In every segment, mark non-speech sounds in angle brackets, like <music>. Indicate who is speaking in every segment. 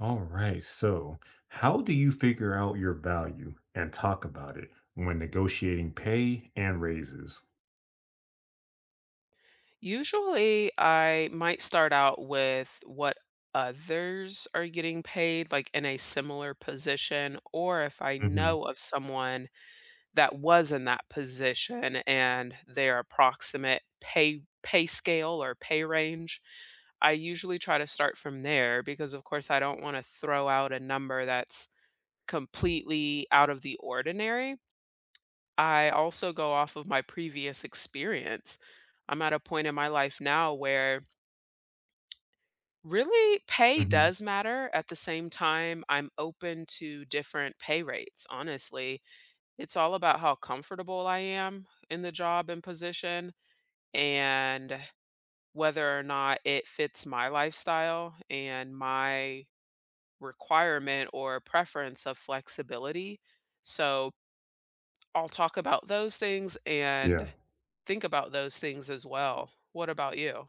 Speaker 1: All right. So, how do you figure out your value and talk about it when negotiating pay and raises?
Speaker 2: Usually, I might start out with what others are getting paid, like in a similar position, or if I
Speaker 1: hmm
Speaker 2: know of someone that was in that position and their approximate pay scale or pay range, I usually try to start from there because, of course, I don't want to throw out a number that's completely out of the ordinary. I also go off of my previous experience. I'm at a point in my life now where really, pay
Speaker 1: hmm
Speaker 2: does matter. At the same time, I'm open to different pay rates, honestly. It's all about how comfortable I am in the job and position and whether or not it fits my lifestyle and my requirement or preference of flexibility. So I'll talk about those things
Speaker 1: Yeah.
Speaker 2: and think about those things as well. What about you?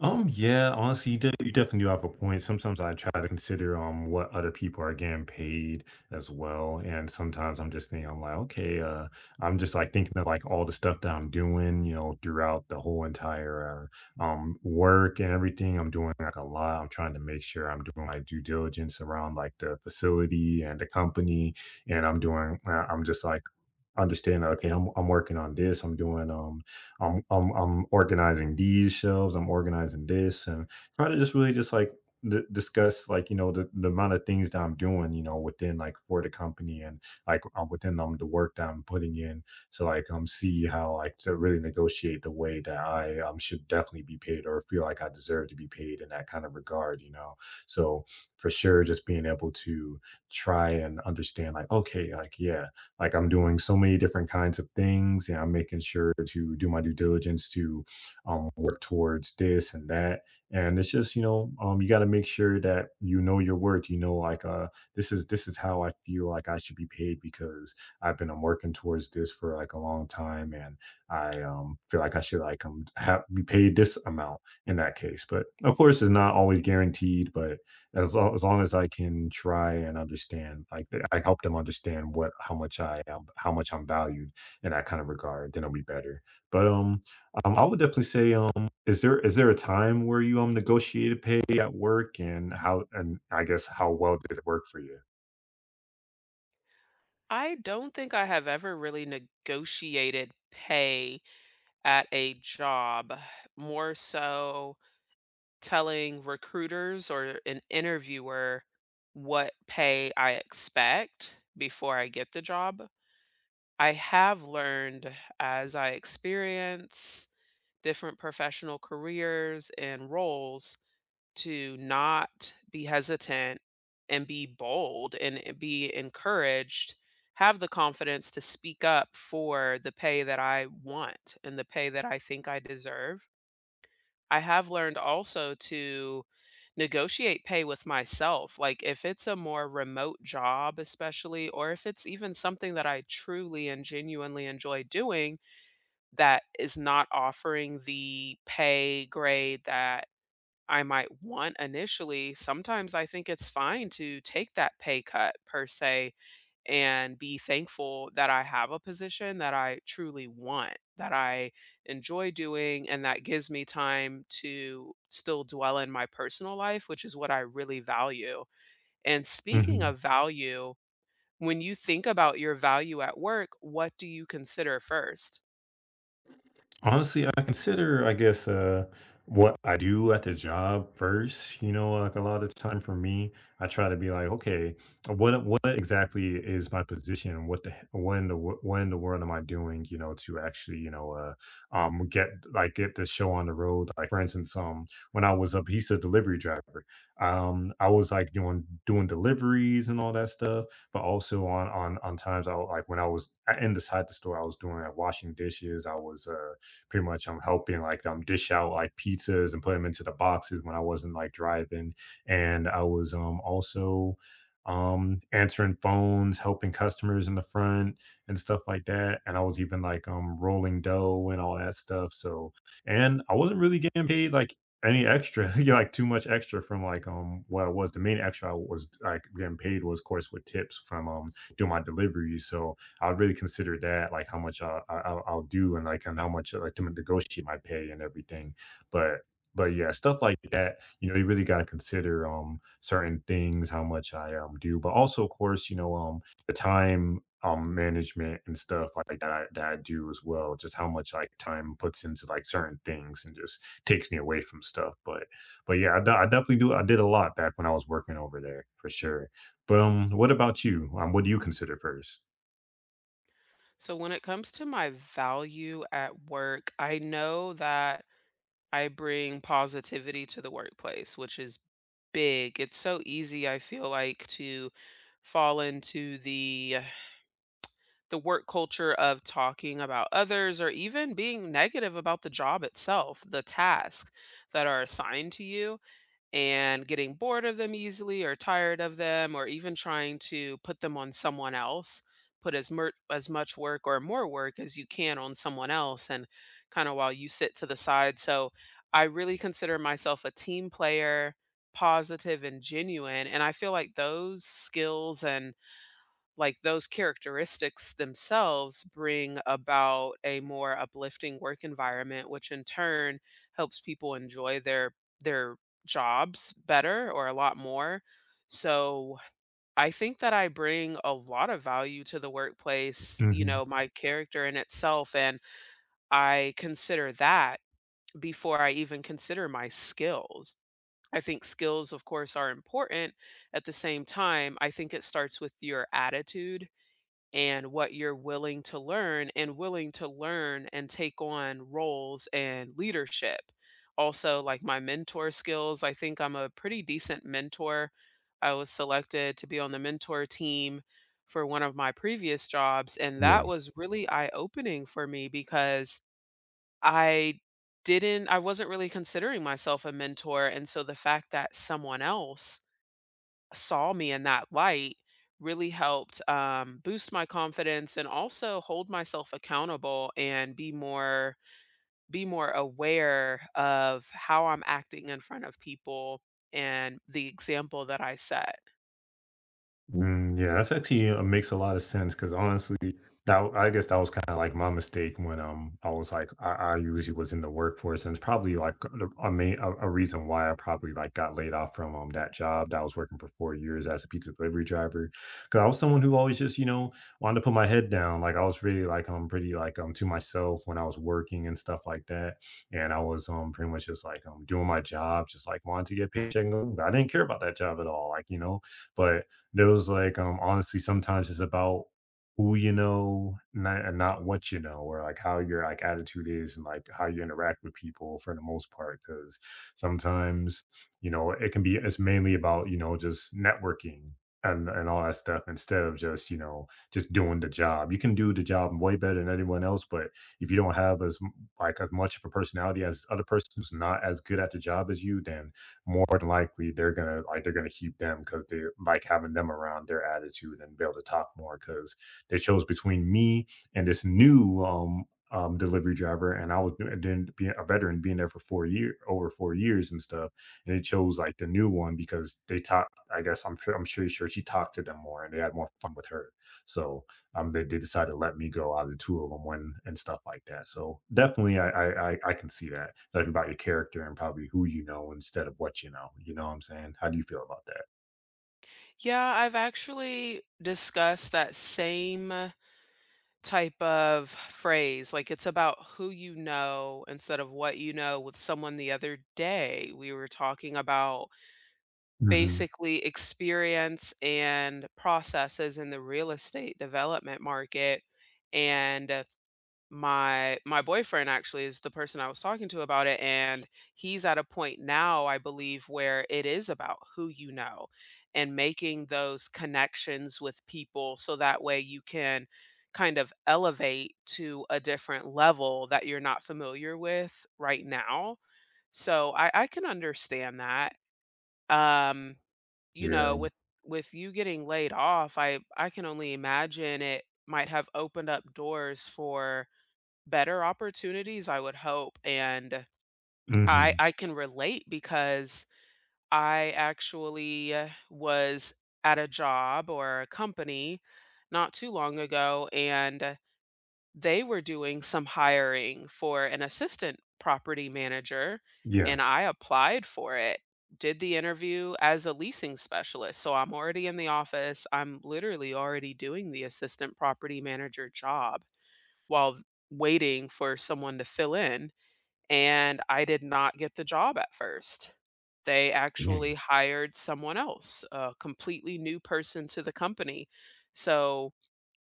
Speaker 1: Yeah, honestly, you definitely do have a point. Sometimes I try to consider what other people are getting paid as well, and sometimes I'm just thinking, I'm like, okay, I'm just like thinking of like all the stuff that I'm doing, you know, throughout the whole entire work and everything. I'm doing like a lot. I'm trying to make sure I'm doing my due diligence around like the facility and the company, and I'm doing. I'm just like understanding. Okay, I'm working on this. I'm doing I'm organizing these shelves, I'm organizing this, and try to just really just like discuss like you know the amount of things that I'm doing, you know, within like for the company and like within the work that I'm putting in, so like see how like to really negotiate the way that I should definitely be paid or feel like I deserve to be paid in that kind of regard, you know. So for sure, just being able to try and understand like okay, like yeah like I'm doing so many different kinds of things, and I'm making sure to do my due diligence to work towards this and that. And it's just you got to make sure that you know your worth. You know, like this is how I feel like I should be paid because I've been working towards this for like a long time, and I feel like I should like have, be paid this amount in that case. But of course, it's not always guaranteed, but as long as I can try and understand, like, I help them understand what how much I am how much I'm valued in that kind of regard, then it'll be better. But, I would definitely say, is there a time where you, negotiated pay at work and how and I guess how well did it work for you?
Speaker 2: I don't think I have ever really negotiated pay at a job, more so telling recruiters or an interviewer what pay I expect before I get the job. I have learned as I experience different professional careers and roles to not be hesitant and be bold and be encouraged, have the confidence to speak up for the pay that I want and the pay that I think I deserve. I have learned also to negotiate pay with myself. Like if it's a more remote job, especially, or if it's even something that I truly and genuinely enjoy doing that is not offering the pay grade that I might want initially, sometimes I think it's fine to take that pay cut per se and be thankful that I have a position that I truly want, that I enjoy doing, and that gives me time to still dwell in my personal life, which is what I really value. And speaking
Speaker 1: Mhm.
Speaker 2: of value, when you think about your value at work, what do you consider first?
Speaker 1: Honestly, I consider, I guess, what I do at the job first. You know, like a lot of time for me, I try to be like, okay, what exactly is my position? What the he- what in the wo- What in the world am I doing? You know, to actually, you know, get like get the show on the road. Like for instance, when I was a piece of delivery driver, I was like doing deliveries and all that stuff, but also on times I like when I was in the side the store, I was doing like washing dishes. I was pretty much I'm helping like dish out like pizzas and put them into the boxes when I wasn't like driving. And I was also answering phones, helping customers in the front and stuff like that. And I was even like rolling dough and all that stuff. So and I wasn't really getting paid like any extra <laughs> you know, like too much extra from like what I was the main extra I was like getting paid was of course with tips from doing my deliveries. So I really consider that like how much I'll do and like and how much like to negotiate my pay and everything. But but yeah, stuff like that. You know, you really got to consider certain things, how much I do, but also of course, you know, the time management and stuff like that that I do as well. Just how much like time puts into like certain things and just takes me away from stuff. But yeah, I definitely do. I did a lot back when I was working over there for sure. But what about you? What do you consider first?
Speaker 2: So, when it comes to my value at work, I know that I bring positivity to the workplace, which is big. It's so easy, I feel like, to fall into the work culture of talking about others or even being negative about the job itself, the tasks that are assigned to you and getting bored of them easily or tired of them or even trying to put them on someone else, put as as much work or more work as you can on someone else and kind of while you sit to the side. So I really consider myself a team player, positive and genuine, and I feel like those skills and like those characteristics themselves bring about a more uplifting work environment, which in turn helps people enjoy their jobs better or a lot more. So I think that I bring a lot of value to the workplace, you know, my character in itself, and I consider that before I even consider my skills. I think skills, of course, are important. At the same time, I think it starts with your attitude and what you're willing to learn and take on roles and leadership. Also, like my mentor skills, I think I'm a pretty decent mentor. I was selected to be on the mentor team for one of my previous jobs, and that
Speaker 1: Yeah.
Speaker 2: was really eye opening for me because I I wasn't really considering myself a mentor. And so the fact that someone else saw me in that light really helped boost my confidence and also hold myself accountable and be more aware of how I'm acting in front of people and the example that I set.
Speaker 1: Mm, yeah, that's actually makes a lot of sense because honestly, I guess that was kind of like my mistake when I was like I usually was in the workforce and it's probably like a reason why I probably like got laid off from that job that I was working for 4 years as a pizza delivery driver because I was someone who always just you know wanted to put my head down like I was really like pretty like to myself when I was working and stuff like that and I was pretty much just like doing my job just like wanted to get paycheck I didn't care about that job at all like you know but there was like, honestly, sometimes it's about who you know not what you know, or like how your like attitude is and like how you interact with people for the most part. Because sometimes, you know, it can be it's mainly about you know just networking. And all that stuff instead of just you know just doing the job you can do the job way better than anyone else but if you don't have like as much of a personality as other person who's not as good at the job as you then more than likely they're gonna keep them because they like having them around their attitude and be able to talk more because they chose between me and this new delivery driver and I was doing- then being a veteran being there for 4 year over 4 years and stuff and they chose like the new one because they talked I guess I'm sure sure she talked to them more and they had more fun with her so they decided to let me go out of the two of them when and stuff like that. So definitely, I can see that like about your character and probably who you know instead of what you know. You know what I'm saying? How do you feel about that?
Speaker 2: Yeah, I've actually discussed that same type of phrase, like it's about who you know instead of what you know, with someone the other day. We were talking about
Speaker 1: hmm
Speaker 2: basically experience and processes in the real estate development market. And my boyfriend actually is the person I was talking to about it, and he's at a point now, I believe, where it is about who you know and making those connections with people so that way you can kind of elevate to a different level that you're not familiar with right now. So I can understand that. Um, you know,
Speaker 1: Yeah.
Speaker 2: with you getting laid off, I can only imagine it might have opened up doors for better opportunities, I would hope. And
Speaker 1: hmm
Speaker 2: I can relate because I actually was at a job or a company not too long ago and they were doing some hiring for an assistant property manager
Speaker 1: Yeah.
Speaker 2: and I applied for it. Did the interview as a leasing specialist. So I'm already in the office. I'm literally already doing the assistant property manager job while waiting for someone to fill in. And I did not get the job at first. They
Speaker 1: Yeah,
Speaker 2: actually hired someone else, a completely new person to the company. So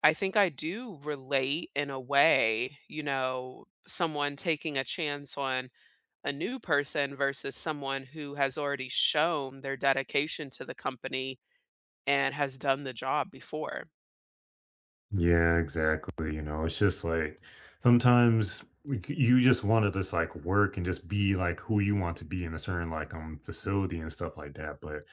Speaker 2: I think I do relate in a way, you know, someone taking a chance on a new person versus someone who has already shown their dedication to the company and has done the job before.
Speaker 1: Yeah, exactly. You know, it's just like sometimes like, you just want to just like work and just be like who you want to be in a certain like facility and stuff like that.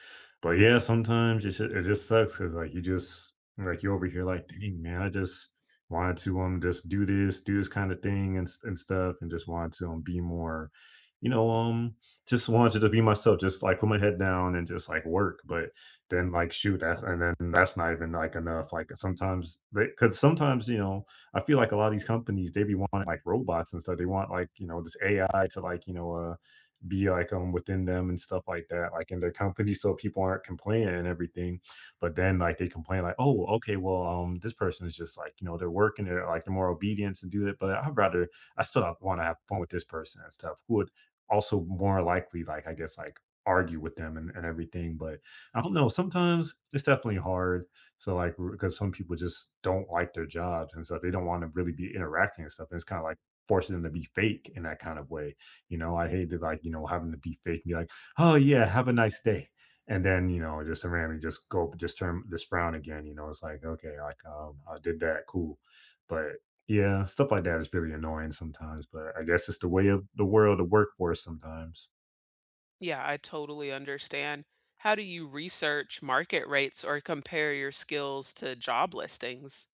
Speaker 1: But yeah, sometimes it just sucks because like you just like you're over here like, dang man, I just wanted to just do this, kind of thing and stuff, and just wanted to be more, you know, just wanted to be myself, just like put my head down and just like work. But then like shoot that's and then that's not even like enough like sometimes they because sometimes you know I feel like a lot of these companies they be wanting like robots and stuff they want like you know this AI to like you know be like within them and stuff like that like in their company so people aren't complaining and everything but then like they complain like oh okay well this person is just like you know they're working they're like more obedience and do that but I'd rather I still want to have fun with this person and stuff who would also more likely like I guess like argue with them and everything but I don't know. Sometimes it's definitely hard. So like because some people just don't like their jobs and stuff. They don't want to really be interacting and stuff. And it's kind of like forcing them to be fake in that kind of way. You know, I hated like, you know, having to be fake and be like, oh yeah, have a nice day. And then, you know, just randomly just go just turn just frown again. You know, it's like, okay, like I did that, cool. But yeah, stuff like that is really annoying sometimes. But I guess it's the way of the world, the workforce sometimes.
Speaker 2: Yeah, I totally understand. How do you research market rates or compare your skills to job listings?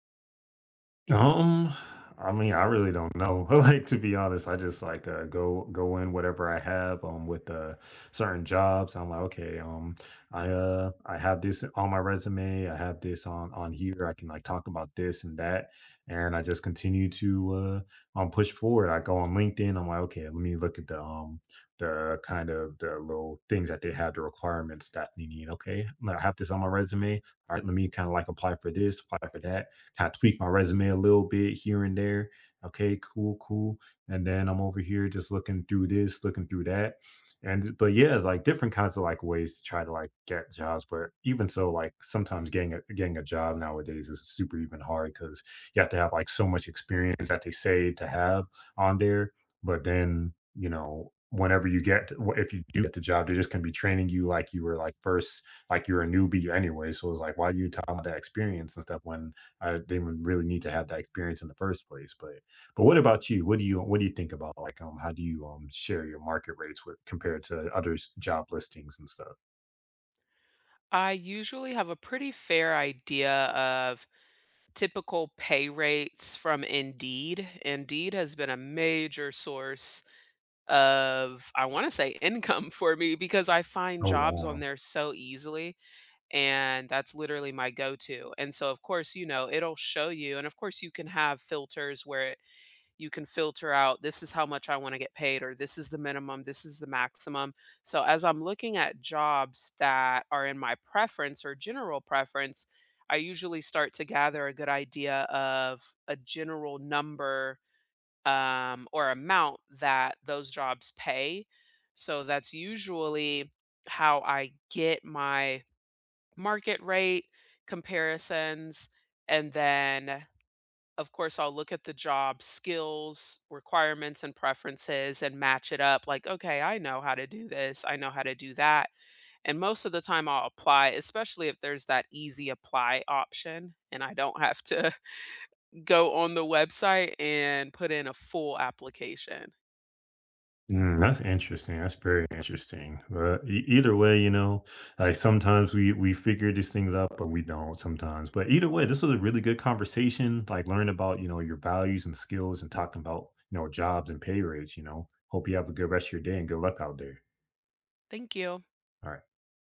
Speaker 1: Um, I mean, I really don't know. <laughs> Like to be honest, I just like go in whatever I have with certain jobs. I'm like, okay, I have this on my resume. I have this on here. I can like talk about this and that, and I just continue to push forward. I go on LinkedIn. I'm like, okay, let me look at the kind of the little things that they have, the requirements that you need. Okay, I have this on my resume. All right, let me kind of like apply for this, apply for that kind of tweak my resume a little bit here and there. Okay, cool. And then I'm over here just looking through this, looking through that. And but yeah, it's like different kinds of like ways to try to like get jobs. But even so, like sometimes getting a job nowadays is super even hard because you have to have like so much experience that they say to have on there. But then, you know, whenever you get to- wh- if you do get the job, they're just gonna be training you like you were like first, like you're a newbie anyway. So it's like, why do you talk about that experience and stuff when I didn't really need to have that experience in the first place. But what about you? What do you think about like how do you share your market rates with compared to other job listings and stuff?
Speaker 2: I usually have a pretty fair idea of typical pay rates from Indeed. Indeed has been a major source of, I wanna say, income for me because I find
Speaker 1: Oh
Speaker 2: jobs on
Speaker 1: wow.
Speaker 2: there so easily, and that's literally my go-to, and so, of course, you know, it'll show you and, of course, you can have filters where it, you can filter out, "This is how much I wanna get paid," or, "This is the minimum, this is the maximum." So, as I'm looking at jobs that are in my preference or general preference, I usually start to gather a good idea of a general number or amount that those jobs pay. So that's usually how I get my market rate comparisons. And then, of course, I'll look at the job skills, requirements, and preferences and match it up like, okay, I know how to do this, I know how to do that. And most of the time, I'll apply, especially if there's that easy apply option and I don't have to <laughs> go on the website and put in a full application.
Speaker 1: Mm, that's interesting. That's very interesting. But either way, you know, like sometimes we figure these things out, but we don't sometimes. But either way, this was a really good conversation. Like learn about you know your values and skills, and talking about you know jobs and pay rates. You know, hope you have a good rest of your day and good luck out there.
Speaker 2: Thank you.
Speaker 1: All right.